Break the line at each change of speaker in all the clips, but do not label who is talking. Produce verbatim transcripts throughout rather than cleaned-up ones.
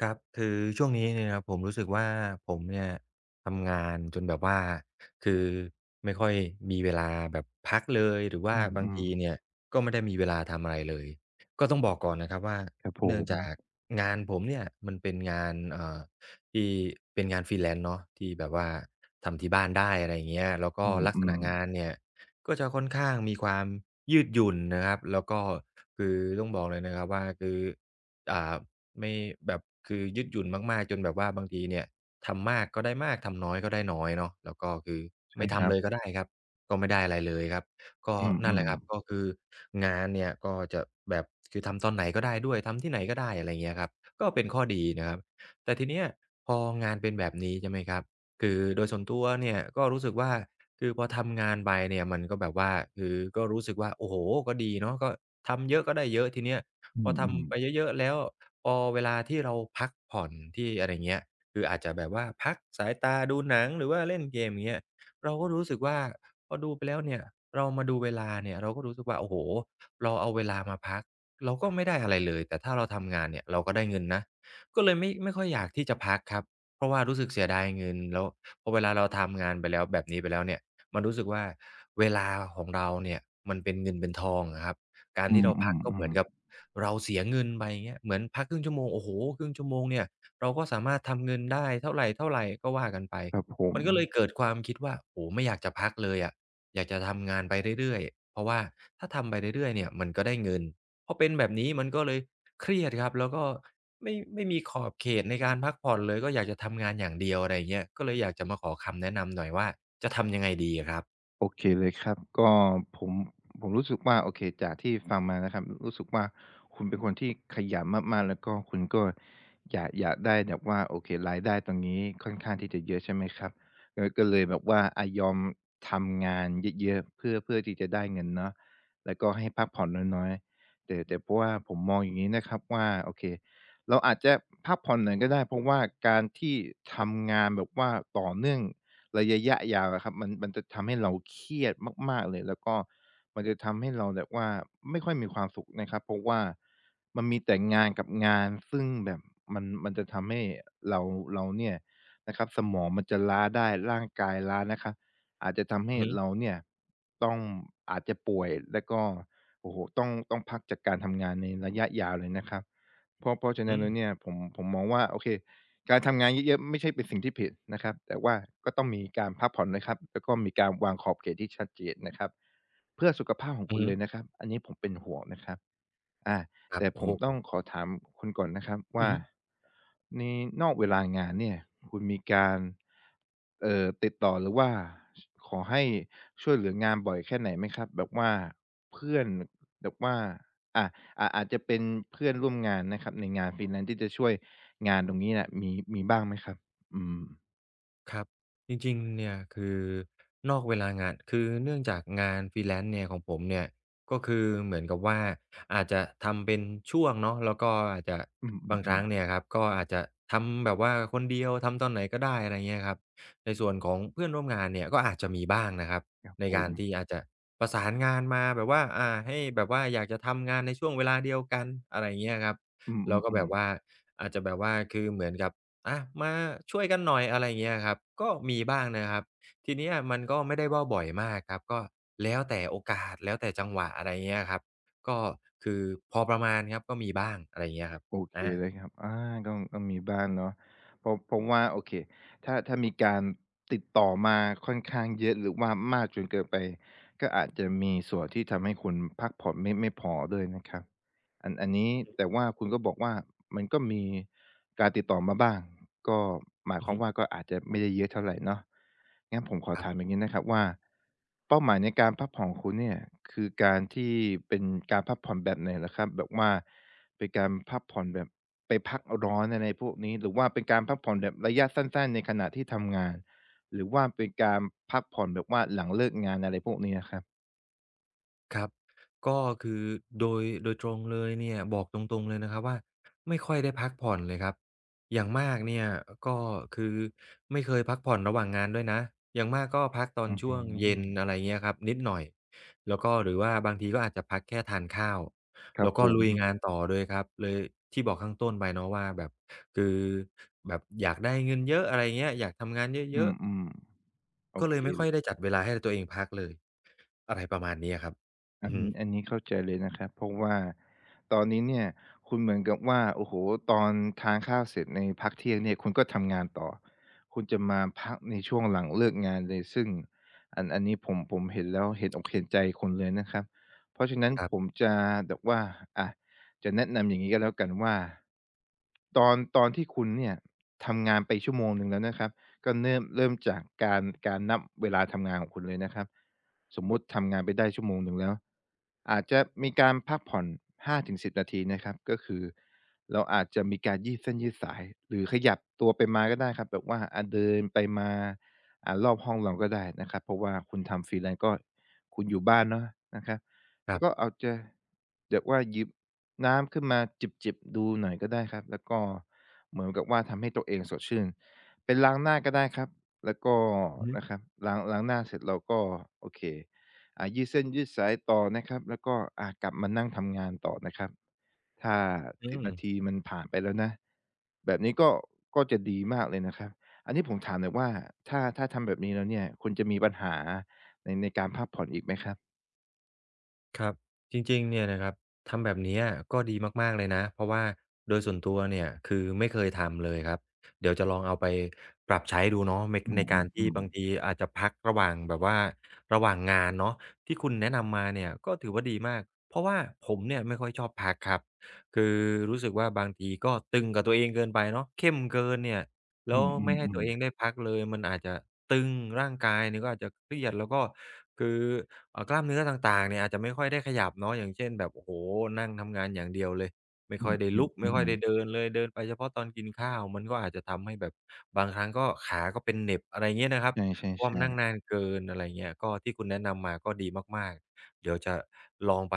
ครับคือช่วงนี้เนี่ยนะครับผมรู้สึกว่าผมเนี่ยทำงานจนแบบว่าคือไม่ค่อยมีเวลาแบบพักเลยหรือ
อื
ว่าบางที
ม
เนี่ยก็ไม่ได้มีเวลาทำอะไรเลยก็ต้องบอกก่อนนะครับว่า
ๆครับผ
เนื่อง
ม
จากงานผมเนี่ยมันเป็นงานเอ่อที่เป็นงาน freelance เนาะที่แบบว่าทำที่บ้านได้อะไรอย่างเงี้ยแล้วก็
อืม
ลัก
อื
ษ
ม
ณะงานเนี่ยก็จะค่อนข้างมีความยืดหยุ่นนะครับแล้วก็คือต้องบอกเลยนะครับว่าคืออ่า ไม่แบบคือยืดหยุ่นมากๆจนแบบว่าบางทีเนี่ยทำมากก็ได้มากทำน้อยก็ได้น้อยเนาะแล้วก็คือ
ใช่
ไม่
ครั
ทำ
บ
เลยก็ได้ครับก็ไม่ได้อะไรเลยครับก็
อืม
นั่
อื
นแห
ม
ละครับก็คืองานเนี่ยก็จะแบบคือทำตอนไหนก็ได้ด้วยทำที่ไหนก็ได้อะไรเงี้ยครับก็เป็นข้อดีนะครับแต่ทีเนี้ยพองานเป็นแบบนี้ใช่ไหมครับคือโดยส่วนตัวเนี่ยก็รู้สึกว่าคือพอทำงานไปเนี่ยมันก็แบบว่าคือก็รู้สึกว่าโอ้โฮก็ดีเนาะก็ทำเยอะก็ได้เยอะทีเนี้ย
อื
พอ
มอืม
ทำไปเยอะๆแล้ว พอเวลาที่เราพักผ่อนที่อะไรเงี้ยคืออาจจะแบบว่าพักสายตาดูหนังหรือว่าเล่นเกมอย่างเงี้ยเราก็รู้สึกว่าพอดูไปแล้วเนี่ยเรามาดูเวลาเนี่ยเราก็รู้สึกว่าโอ้โฮเราเอาเวลามาพักเราก็ไม่ได้อะไรเลยแต่ถ้าเราทำงานเนี่ยเราก็ได้เงินนะก็เลยไม่ไม่ค่อยอยากที่จะพักครับเพราะว่ารู้สึกเสียดายเงินแล้วพอเวลาเราทำงานไปแล้วแบบนี้ไปแล้วเนี่ยมันรู้สึกว่าเวลาของเราเนี่ยมันเป็นเงินเป็นทองอะครับ การ
อื
ที่
ม
เรา
อื
พั
ม
กก็
อื
เหมื
ม
อนกับเราเสียเงินไปอย่างเงี้ยเหมือนพักครึ่งชั่วโมงโอ้โฮครึ่งชั่วโมงเนี่ยเราก็สามารถทำเงินได้เท่าไรๆก็ว่ากันไป
ครับผม
มันก็เลยเกิดความคิดว่าโอ้โฮไม่อยากจะพักเลยอะอยากจะทำงานไปเรื่อยๆเพราะว่าถ้าทำไปเรื่อยๆเนี่ยมันก็ได้เงินพอเป็นแบบนี้มันก็เลยเครียดครับแล้วก็ไม่ไม่มีขอบเขตในการพักผ่อนเลยก็อยากจะทำงานอย่างเดียวอะไรอย่างเงี้ยก็เลยอยากจะมาขอคำแนะนำหน่อยว่าจะทำยังไงดีอะครับ
โอเคเลยครับก็ผมผมรู้สึกว่าโอเคจากที่ฟังมานะครับรู้สึกว่าคุณเป็นคนที่ขยันมากๆแล้วก็คุณก็อยากอยากได้แบบว่าโอเครายได้ตรงนี้ค่อนข้างที่จะเยอะใช่ไหมครับก็ก็เลยแบบว่าอะยอมทำงานเยอะๆเพื่อเพื่อที่จะได้เงินเนาะแล้วก็ให้พักผ่อนน้อยๆแต่แต่เพราะว่าผมมองอย่างงี้นะครับว่าโอเคเราอาจจะพักผ่อนหน่อยก็ได้เพราะว่าการที่ทำงานแบบว่าต่อเนื่อง ระยะยาวอะครับมันมันจะทำให้เราเครียดมากๆเลยแล้วก็มันจะทำให้เราแบบว่าไม่ค่อยมีความสุขนะครับเพราะว่ามันมีแต่งานกับงานซึ่งแบบมันมันจะทำให้เราเราเนี่ยนะครับสมองมันจะล้าได้ร่างกายล้านะครับอาจจะทำให้
อือฮึ
เราเนี่ยต้องอาจจะป่วยแล้วก็โอ้โฮต้องต้องพักจากการทำงานในระยะยาวเลยนะครับเพราะเพราะฉะ
อื
นั้นแล้วเนี่
ม
ยผมผมมองว่าโอเค การทำงานเยอะๆไม่ใช่เป็นสิ่งที่ผิดนะครับแต่ว่าก็ต้องมีการพักผ่อนนะครับแล้วก็มีการวางขอบเขตที่ชัดเจนนะครับเพื่อสุขภาพของ
อื
คุ
อ
ณ
ฮึ
เลยนะครับอันนี้ผมเป็นห่วงนะครับอา
ครับ
แต่
โอ้
ผ
โฮ
มต้องขอถามคุณก่อนนะครับ
อื
ว่า
อฮึ
ในนอกเวลางานเนี่ยคุณมีการเอ่อติดต่อหรือว่าขอให้ช่วยเหลืองานบ่อยแค่ไหนไหมครับแบบว่าเพื่อนแบบว่าอาอาอาจจะเป็นเพื่อนร่วมงานนะครับในงาน freelance ที่จะช่วย งานตรงนี้น่ะมีมีบ้างไหมครับ อืม
ครับจริงๆเนี่ยคือนอกเวลางานคือเนื่องจากงาน Freelance เนี่ยของผมเนี่ยก็คือเหมือนกับว่าอาจจะทำเป็นช่วงเนาะแล้วก็อาจจะ
อื
บางครั้
ม
ง
ๆๆ
เนี่ยครับก็อาจจะทำแบบว่าคนเดียวทำตอนไหนก็ได้อะไรเงี้ยครับในส่วนของเพื่อนร่วมงานเนี่ยก็อาจจะมีบ้างนะครับ
ครับ
ใน
ผ
กา
ม
รที่อาจจะประสานงานมาแบบว่าอ่าให้แบบว่าอยากจะทำงานในช่วงเวลาเดียวกันอะไรเงี้ยครับ
อื
แล้วก็แบ
ม
บ
ๆ
ว่า
ๆ
อาจจะแบบว่าคือเหมือนกับ อะมาช่วยกันหน่อยอะไรอย่างเงี้ยครับก็มีบ้างนะครับทีเนี้ยมันก็ไม่ได้ว่าบ่อยมากครับก็แล้วแต่โอกาสแล้วแต่จังหวะอะไรอย่างเงี้ยครับก็คือพอประมาณครับก็มีบ้างอะไรอย่างเงี้ยครับ
โอเค
อา
เลยครับอาก็ก็มีบ้างเนาะเพรผมว่าโอเคถ้าถ้ามีการติดต่อมาค่อนข้างเยอะหรือว่ามากจนเกินไปก็อาจจะมีส่วนที่ทำให้คุณพักผ่อนไม่ไม่พอด้วยนะครับอันอันนี้แต่ว่าคุณก็บอกว่ามันก็มีการติดต่อมาบ้างก็หมาย
อื
ค
อ
วาม
ฮึ
ว่าก็อาจจะไม่ได้เยอะเท่าไรเนาะงั้นผมขอ
ครั
ถาม
บ
อย่างงี้นะครับว่าเป้าหมายในการพักผ่อนของคุณเนี่ยคือการที่เป็นการพักผ่อนแบบไหนเหรอครับแบบว่า เป็นการพักผ่อนแบบไปพักร้อนอะไรพวกนี้หรือว่าเป็นการพักผ่อนแบบระยะสั้นๆในขณะที่ทำงานหรือว่าเป็นการพักผ่อนแบบว่าหลังเลิกงานอะไรพวกนี้อะครับ
ครับก็คือโดยโดยตรงเลยเนี่ยบอกตรงๆเลยนะครับว่าไม่ค่อยได้พักผ่อนเลยครับอย่างมากเนี่ยก็คือไม่เคยพักผ่อนระหว่างงานด้วยนะอย่างมากก็พักตอน
อือ
ช่ว
ฮึ
งเย็นอะไรเงี้ยครับนิดหน่อยแล้วก็หรือว่าบางทีก็อาจจะพักแค่ทานข้าว
ครับ
แล้ว
ผ
ก็
ม
ลุยงานต่อเลยครับเลยที่บอกข้างต้นไปเนาะว่าแบบคือแบบอยากได้เงินเยอะอะไรเงี้ยอยากทำงาน
อื
เยอะ
มๆโอ
ๆก็เล
เค
ยไม่ค่อยได้จัดเวลาให้ตัวเองพักเลยอะไรประมาณนี้อะครับ
อั
อื
น
อฮึ
นี้อันนี้เข้าใจเลยนะครับเพราะว่าตอนนี้เนี่ยคุณเหมือนกับว่าโอ้โหตอนทานข้าวเสร็จในพักเที่ยงเนี่ยคุณก็ทำงานต่อคุณจะมาพักในช่วงหลังเลิกงานเลยซึ่งอันอันนี้ผมผมเห็นแล้วเห็นอกเห็นใจคุณเลยนะครับเพราะฉะนั้น
ครั
ผม
บ
จะแบบว่าอะจะแนะนำอย่างงี้ก็แล้วกันว่าตอนตอนที่คุณเนี่ยทำงานไปชั่วโมงหนึ่งแล้วนะครับก็เริ่มเริ่มจากการการนับเวลาทำงานของคุณเลยนะครับ สมมุติทำงานไปได้ชั่วโมงหนึ่งแล้วอาจจะมีการพักผ่อนห้าถึงสิบนาทีนะครับก็คือเราอาจจะมีการยืดเส้นยืดสายหรือขยับตัวไปมาก็ได้ครับแบบว่าอะเดินไปมาอ่ารอบห้องเราก็ได้นะครับเพราะว่าคุณทำ Freelance ก็คุณอยู่บ้านเนาะนะครับ
ค
แล้
รั
วก็
บ
เอาจจะเรียกว่าหยิบน้ำขึ้นมาจิบๆดูหน่อยก็ได้ครับแล้วก็เหมือนกับว่าทำให้ตัวเองสดชื่นเป็นล้างหน้าก็ได้ครับ แล้วก็
อือ
นะครับล้างล้างหน้าเสร็จเราก็โอเคอ่ายืดเส้นยืดสายต่อนะครับแล้วก็อ่ากลับมานั่งทำงานต่อนะครับถ้า
อื
สิบ
ม
นาทีมันผ่านไปแล้วนะแบบนี้ก็ก็จะดีมากเลยนะครับอันนี้ผมถามหน่อยว่าถ้าถ้าทำแบบนี้แล้วเนี่ยคุณจะมีปัญหาในในการพักผ่อนอีกไหมครับ
ครับจริงๆเนี่ยนะครับทำแบบเนี้ยก็ดีมากๆเลยนะ เพราะว่าโดยส่วนตัวเนี่ยคือไม่เคยทำเลยครับ เดี๋ยวจะลองเอาไปปรับใช้ดูเนาะใน
อื
ในการที่
ม
บาง
ๆ
ทีอาจจะพักระหว่างแบบว่าระหว่างงานเนาะที่คุณแนะนำมาเนี่ยก็ถือว่าดีมากเพราะว่าผมเนี่ยไม่ค่อยชอบพักครับคือรู้สึกว่าบางทีก็ตึงกับตัวเองเกินไปเนาะเข้มเกินเนี่ย
ๆ
แล้
อื
วไม่ให้
ม
ตัวเอ
ๆ
ง
ๆ
ได้พักเลยมันอาจจะตึงร่างกายนี่ก็อาจจะเครียดแล้วก็คือเอ่อกล้ามเนื้อต่างๆเนี่ยอาจจะไม่ค่อยได้ขยับเนาะอย่างเช่นแบบโอ้โฮนั่งทำงานอย่างเดียวเลยไม่
อื
ค่อยได้ลุกไม่ค่อย
ม
ได้
ๆๆ
เดินเลยเดินไปเฉพาะตอนกินข้าวมันก็อาจจะทำให้แบบบางครั้งก็ขาก็เป็นเหน็บอะไรเงี้ยนะครับ
ใช
เพราะว่ามั
่
นนั่ง
ๆ
นานเกินอะไรเงี้ยก็ที่คุณแนะนำมาก็ดีมากๆเดี๋ยวจะลองไป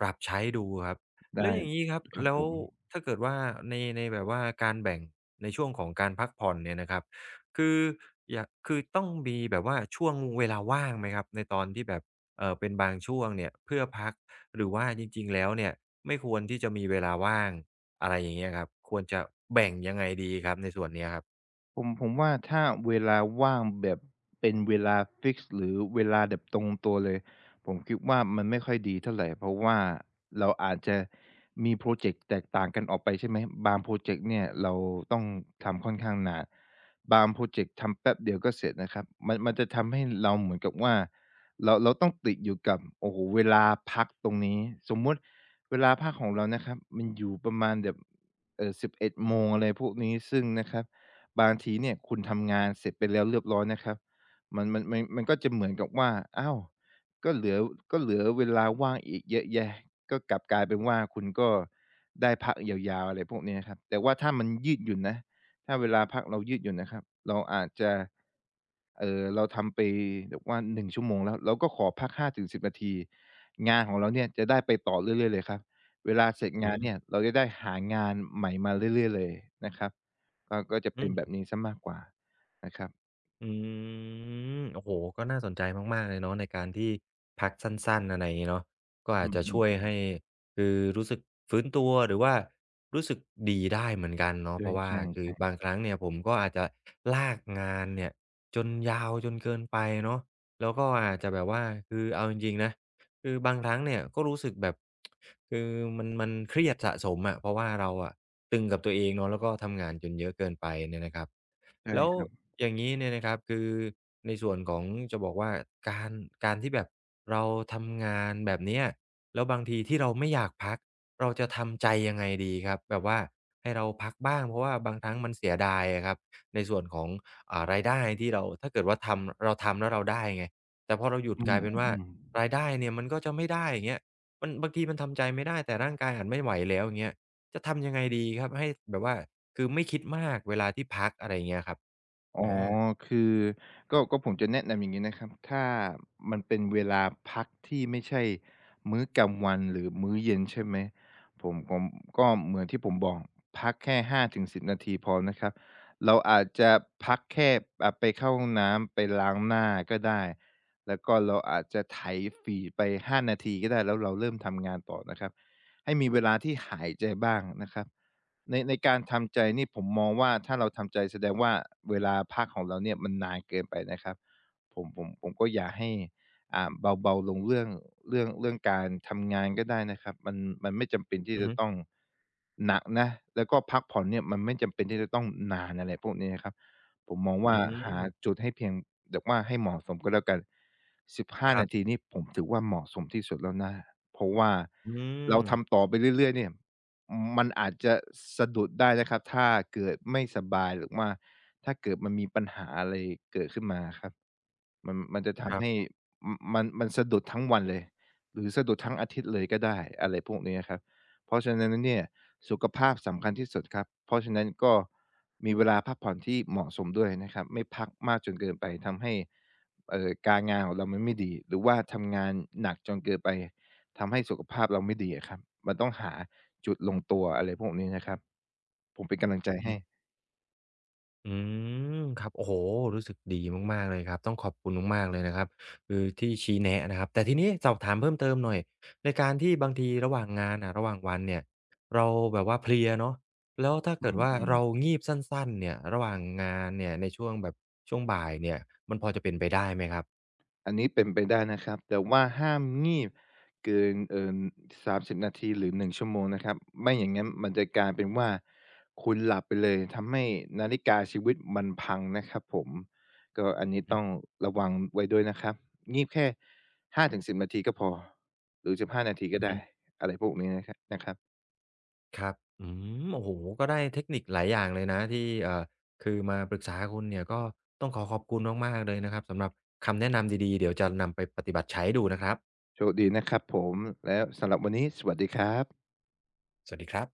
ปรับใช้ดูครับ
ๆ
แล้
ได้
วอย่างนี้ครับ
ครับ
แล้
ผ
ว
ม
ถ้าเกิดว่าในในแบบว่าการแบ่งในช่วงของการพักผ่อนเนี่ยนะครับคืออยากคือต้องมีแบบว่าช่วงเวลาว่างไหมครับในตอนที่แบบเออเป็นบางช่วงเนี่ยเพื่อพักหรือว่าจริงๆแล้วเนี่ยไม่ควรที่จะมีเวลาว่างอะไรอย่างเงี้ยครับควรจะแบ่งยังไงดีครับในส่วนเนี้ยครับ
ผมผมว่าถ้าเวลาว่างแบบเป็นเวลาฟิกซ์หรือเวลาแบบตรงตัวเลยผมคิดว่ามันไม่ค่อยดีเท่าไรเพราะว่าเราอาจจะมีพรอเจกต์แตกต่างกันออกไปใช่ไหมบางพรอเจกต์เนี่ยเราต้องทำค่อนข้างนานบางพรอเจกต์ทำแป๊บเดียวก็เสร็จนะครับมันมันจะทำให้เราเหมือนกับว่าเราเราต้องติดอยู่กับโอ้โฮเวลาพักตรงนี้สมมุติเวลาพักของเรานะครับมันอยู่ประมาณแบบเอ่อสิบเอ็ดโมงอะไรพวกนี้ซึ่งนะครับ บางทีเนี่ยคุณทำงานเสร็จไปแล้วเรียบร้อยนะครับมันมันมันมันก็จะเหมือนกับว่าอ้าวก็เหลือก็เหลือเวลาว่างอีกเยอะแยะก็กลับกลายเป็นว่าคุณก็ได้พักยาวๆอะไรพวกเนี้ยครับแต่ว่าถ้ามันยืดหยุ่นนะถ้าเวลาพักเรายืดหยุ่นนะครับเราอาจจะเออเราทำไปแบบว่าหนึ่งชั่วโมงแล้วเราก็ขอพักห้าถึงสิบนาทีงานของเราเนี่ยจะได้ไปต่อเรื่อยๆเลยครับเวลาเสร็จงานเนี่ยเราจะได้หางานใหม่มาเรื่อยๆเลยนะครับ ก็ก็จะ
อื
เป็น
ม
แบบนี้เสียมากกว่านะครับ
อืมโอ้โฮก็น่าสนใจมากๆเลยเนาะในการที่พักสั้นๆอะไรอย่างงี้เนาะก็
อื
อาจจะ
ม
ช่วยให้
ๆๆ
คือรู้สึกฟื้นตัวหรือว่ารู้สึกดีได้เหมือนกันเนาะเพราะว่า
ใช่
คือบาง
ๆ
ครั้งเนี่ยผมก็อาจจะลากงานเนี่ยจนยาวจนเกินไปเนาะแล้วก็อาจจะแบบว่าคือเอาจริงๆนะคือบางครั้งเนี่ยก็รู้สึกแบบคือมันมันเครียดสะสมอะเพราะว่าเราอะตึงกับตัวเองเนาะแล้วก็ทำงานจนเยอะเกินไปเนี่ยนะครับ
ๆใช่
แล้ว
ครับ
อย่างนี้เนี่ยนะครับคือในส่วนของจะบอกว่าการการที่แบบเราทำงานแบบเนี้ยแล้วบางทีที่เราไม่อยากพักเราจะทำใจยังไงดีครับแบบว่าให้เราพักบ้างเพราะว่าบางครั้งมันเสียดายอะครับในส่วนของอ่ารายได้ที่เราถ้าเกิดว่าทำเราทำแล้วเราได้ไงแต่พอเราหยุด
อื
กลายเป็นว่า
มๆ
ราย
ๆ
ได้เนี่ยมันก็จะไม่ได้อย่างเงี้ยมันบางทีมันทำใจไม่ได้แต่ร่างกายอาจไม่ไหวแล้วอย่างเงี้ยจะทำยังไงดีครับให้แบบว่าคือไม่คิดมากเวลาที่พักอะไรอย่างเงี้ยครับ
อ๋อ
อา
คือก็ก็ผมจะแนะนำอย่างงี้นะครับถ้ามันเป็นเวลาพักที่ไม่ใช่มื้อกลางวันหรือมื้อเย็นใช่ไหมผมผมก็เหมือนที่ผมบอกพักแค่ห้าถึงสิบนาทีพอนะครับเราอาจจะพักแค่อ่าไปเข้าห้องน้ำไปล้างหน้าก็ได้แล้วก็เราอาจจะไถฟีดไปห้านาทีก็ได้แล้วเราเริ่มทำงานต่อนะครับให้มีเวลาที่หายใจบ้างนะครับ ในในการทำใจนี่ผมมองว่าถ้าเราทำใจแสดงว่าเวลาพักของเราเนี่ยมันนานเกินไปนะครับผมผมผมก็อยากให้อ่าเบาๆลงเรื่องเรื่องเรื่องการทำงานก็ได้นะครับมันมันไม่จำเป็นที่
อือ
จะ
ฮึ
ต้องหนักนะแล้วก็พักผ่อนเนี่ยมันไม่จำเป็นที่จะต้องนานอะไรพวกนี้นะครับผมมอง
อื
ว่าหา
ม
จุดให้เพียงแบบว่าให้เหมาะสมก็แล้วกันสิบห้า
ครั
นาที
บ
นี่ผมถือว่าเหมาะสมที่สุดแล้วนะเพราะว่า
อื
เรา
ม
ทำต่อไปเรื่อยๆเนี่ย มันอาจจะสะดุดได้นะครับถ้าเกิดไม่สบายหรือว่าถ้าเกิดมันมีปัญหาอะไรเกิดขึ้นมาครับมันมันจะ
ค
ทำ
รั
ให้
บ
มมันมันสะดุดทั้งวันเลยหรือสะดุดทั้งอาทิตย์เลยก็ได้อะไรพวกนี้อะครับเพราะฉะนั้นแล้วเนี่ยสุขภาพสำคัญที่สุดครับเพราะฉะนั้นก็มีเวลาพักผ่อนที่เหมาะสมด้วยนะครับไม่พักมากจนเกินไปทำให้เอ่อการงานของเรามันไม่ดีหรือว่าทำงานหนักจนเกินไปทำให้สุขภาพเราไม่ดีอะครับมันต้องหา จุดลงตัวอะไรพวกนี้นะครับผมเป็นกำลังใจให้
อืมครับโอ้โฮรู้สึกดีมากๆเลยครับต้องขอบคุณมากๆเลยนะครับคือที่ชี้แนะนะครับแต่ทีนี้สอบถามเพิ่มเติมหน่อยในการที่บางทีระหว่างงานอะระหว่างวันเนี่ยเราแบบว่าเพลียเนาะแล้วถ้า
อ
เกิดว่า
ืม
เรา
ๆ
งีบสั้นๆเนี่ยระหว่างงานเนี่ยในช่วงแบบช่วงบ่ายเนี่ยมันพอจะเป็นไปได้ไหมครับ
อันนี้เป็นไปได้นะครับแต่ว่าห้ามงีบเกินเอ่อสามสิบนาทีหรือหนึ่งชั่วโมงนะครับไม่อย่างงั้นมันจะกลายเป็นว่าคุณหลับไปเลยทำให้นาฬิกาชีวิตมันพังนะครับผมก็อันนี้
อื
ต้อง
อ
ระวังไว้ด้วยนะครับงีบแค่ห้าถึงสิบนาทีก็พอหรือสิบห้ห้านาทีก็ได้
ฮึ
อะไรพวกนี้นะครับนะครับ
ครับอืมโอ้โฮก็ได้เทคนิคหลายอย่างเลยนะที่เอ่อคือมาปรึกษาคุณเนี่ยก็ต้องขอขอบคุณมากๆเลยนะครับสำหรับคำแนะนำดีๆ เดี๋ยวจะนำไปปฏิบัติใช้ดูนะครับ
โชคดีนะครับผมแล้วสำหรับวันนี้สวัสดีครับ
สวัสดีครับ